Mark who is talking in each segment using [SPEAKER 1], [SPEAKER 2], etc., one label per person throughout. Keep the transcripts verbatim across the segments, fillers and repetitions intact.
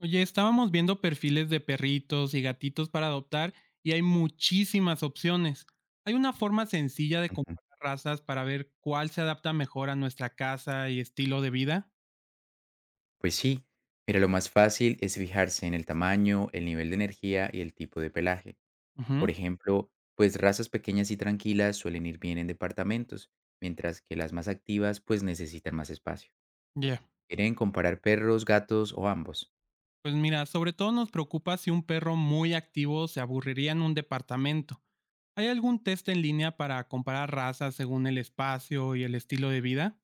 [SPEAKER 1] Oye, estábamos viendo perfiles de perritos y gatitos para adoptar y hay muchísimas opciones. ¿Hay una forma sencilla de
[SPEAKER 2] Ujú.
[SPEAKER 1] comparar razas para ver cuál se adapta mejor a nuestra casa y estilo de vida?
[SPEAKER 2] Pues sí, mira, lo más fácil es fijarse en el tamaño, el nivel de energía y el tipo de pelaje. Por
[SPEAKER 1] Ujú,
[SPEAKER 2] ejemplo, pues razas pequeñas y tranquilas suelen ir bien en departamentos, mientras que las más activas pues necesitan más espacio.
[SPEAKER 1] ya.
[SPEAKER 2] ¿Quieren comparar perros, gatos o ambos?
[SPEAKER 1] Pues mira, sobre todo nos preocupa si un perro muy activo se aburriría en un departamento. ¿Hay algún test en línea para comparar razas según el espacio y el estilo de vida?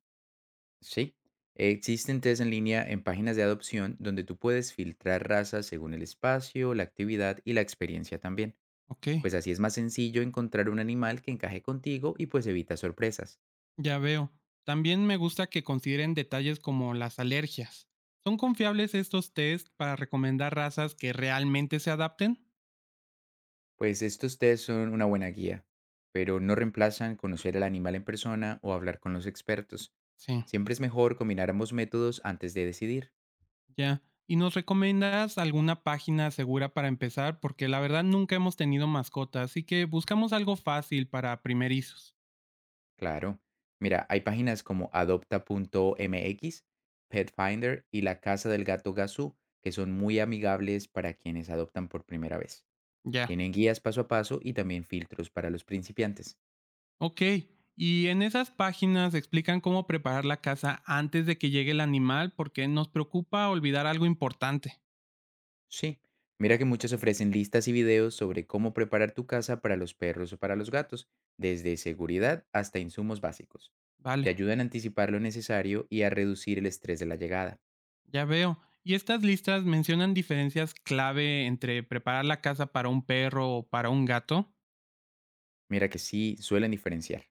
[SPEAKER 2] Sí. Existen test en línea en páginas de adopción donde tú puedes filtrar razas según el espacio, la actividad y la experiencia también.
[SPEAKER 1] Ok.
[SPEAKER 2] Pues así es más sencillo encontrar un animal que encaje contigo y pues evita sorpresas.
[SPEAKER 1] Ya veo. También me gusta que consideren detalles como las alergias. ¿Son confiables estos test para recomendar razas que realmente se adapten?
[SPEAKER 2] Pues estos test son una buena guía, pero no reemplazan conocer al animal en persona o hablar con los expertos.
[SPEAKER 1] Sí,
[SPEAKER 2] Siempre es mejor combinar ambos métodos antes de decidir.
[SPEAKER 1] ya. ¿Y nos recomiendas alguna página segura para empezar? Porque la verdad nunca hemos tenido mascotas, así que buscamos algo fácil para primerizos.
[SPEAKER 2] Claro. Mira, hay páginas como adopta.mx, Petfinder y la Casa del Gato Gazú, que son muy amigables para quienes adoptan por primera vez.
[SPEAKER 1] Ya.
[SPEAKER 2] Tienen guías paso a paso y también filtros para los principiantes.
[SPEAKER 1] Ok. Y en esas páginas explican cómo preparar la casa antes de que llegue el animal porque nos preocupa olvidar algo importante.
[SPEAKER 2] Sí, mira que muchos ofrecen listas y videos sobre cómo preparar tu casa para los perros o para los gatos, desde seguridad hasta insumos básicos. Te
[SPEAKER 1] Vale.
[SPEAKER 2] ayudan a anticipar lo necesario y a reducir el estrés de la llegada.
[SPEAKER 1] Ya veo. Y estas listas mencionan diferencias clave entre preparar la casa para un perro o para un gato.
[SPEAKER 2] Mira que sí, suelen diferenciar.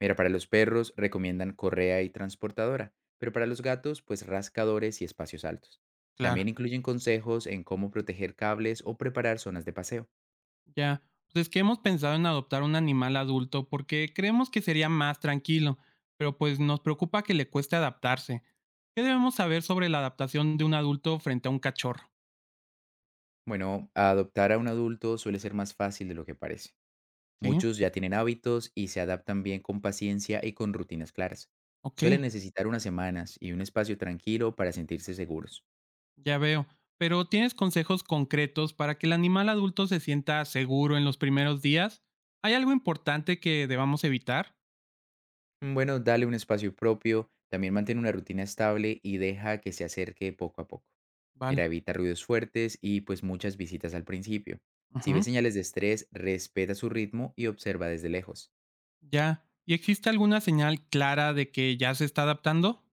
[SPEAKER 2] Mira, para los perros recomiendan correa y transportadora, pero para los gatos, pues rascadores y espacios altos.
[SPEAKER 1] Claro,
[SPEAKER 2] También incluyen consejos en cómo proteger cables o preparar zonas de paseo.
[SPEAKER 1] ya. Pues es que hemos pensado en adoptar un animal adulto porque creemos que sería más tranquilo, pero pues nos preocupa que le cueste adaptarse. ¿Qué debemos saber sobre la adaptación de un adulto frente a un cachorro?
[SPEAKER 2] Bueno, adoptar a un adulto suele ser más fácil de lo que parece.
[SPEAKER 1] Sí,
[SPEAKER 2] Muchos ya tienen hábitos y se adaptan bien con paciencia y con rutinas claras.
[SPEAKER 1] ok,
[SPEAKER 2] Suelen necesitar unas semanas y un espacio tranquilo para sentirse seguros.
[SPEAKER 1] ya veo. Pero ¿tienes consejos concretos para que el animal adulto se sienta seguro en los primeros días? ¿Hay algo importante que debamos evitar?
[SPEAKER 2] Bueno, dale un espacio propio, también mantén una rutina estable y deja que se acerque poco a poco. Mira,
[SPEAKER 1] Vale.
[SPEAKER 2] evita ruidos fuertes y pues muchas visitas al principio. Si ves
[SPEAKER 1] Ujú.
[SPEAKER 2] señales de estrés, respeta su ritmo y observa desde lejos.
[SPEAKER 1] Ya. ¿Y existe alguna señal clara de que ya se está adaptando?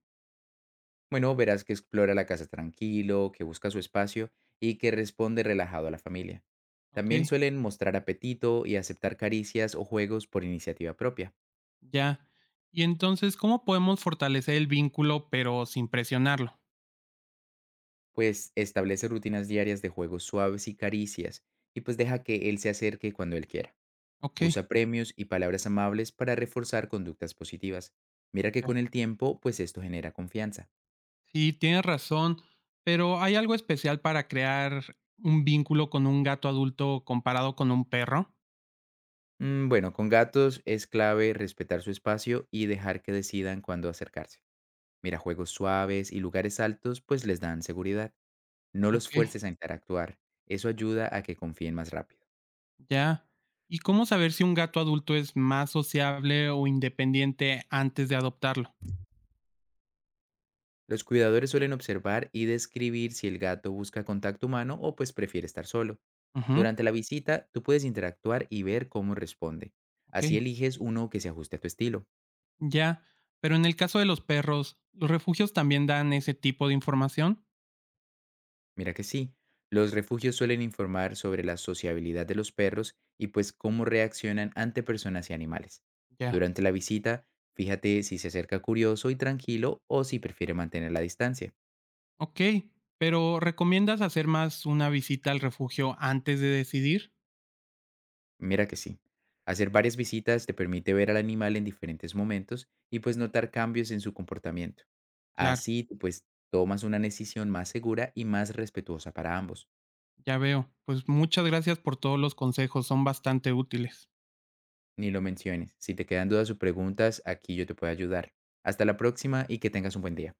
[SPEAKER 2] Bueno, verás que explora la casa tranquilo, que busca su espacio y que responde relajado a la familia.
[SPEAKER 1] Ok,
[SPEAKER 2] También suelen mostrar apetito y aceptar caricias o juegos por iniciativa propia,
[SPEAKER 1] ya. Y entonces, ¿cómo podemos fortalecer el vínculo pero sin presionarlo?
[SPEAKER 2] pues establece rutinas diarias de juegos suaves y caricias y pues deja que él se acerque cuando él quiera.
[SPEAKER 1] Ok,
[SPEAKER 2] Usa premios y palabras amables para reforzar conductas positivas. Mira que
[SPEAKER 1] ya.
[SPEAKER 2] con el tiempo, pues esto genera confianza.
[SPEAKER 1] Sí, tienes razón, pero ¿hay algo especial para crear un vínculo con un gato adulto comparado con un perro?
[SPEAKER 2] Mm, Bueno, con gatos es clave respetar su espacio y dejar que decidan cuándo acercarse. Mira, juegos suaves y lugares altos pues les dan seguridad. No los
[SPEAKER 1] Ok,
[SPEAKER 2] fuerces a interactuar. Eso ayuda a que confíen más rápido.
[SPEAKER 1] ya. ¿Y cómo saber si un gato adulto es más sociable o independiente antes de adoptarlo?
[SPEAKER 2] Los cuidadores suelen observar y describir si el gato busca contacto humano o pues prefiere estar solo.
[SPEAKER 1] Ujú,
[SPEAKER 2] Durante la visita, tú puedes interactuar y ver cómo responde.
[SPEAKER 1] ok.
[SPEAKER 2] Así eliges uno que se ajuste a tu estilo.
[SPEAKER 1] Ya, pero en el caso de los perros, ¿los refugios también dan ese tipo de información?
[SPEAKER 2] Mira que sí, los refugios suelen informar sobre la sociabilidad de los perros y pues cómo reaccionan ante personas y animales.
[SPEAKER 1] Ya.
[SPEAKER 2] Durante la visita, fíjate si se acerca curioso y tranquilo o si prefiere mantener la distancia.
[SPEAKER 1] Ok, pero ¿recomiendas hacer más una visita al refugio antes de decidir?
[SPEAKER 2] Mira que sí. Hacer varias visitas te permite ver al animal en diferentes momentos y pues notar cambios en su comportamiento.
[SPEAKER 1] Claro,
[SPEAKER 2] Así tú, pues tomas una decisión más segura y más respetuosa para ambos.
[SPEAKER 1] ya veo. Pues muchas gracias por todos los consejos, son bastante útiles.
[SPEAKER 2] Ni lo menciones. Si te quedan dudas o preguntas, aquí yo te puedo ayudar. Hasta la próxima y que tengas un buen día.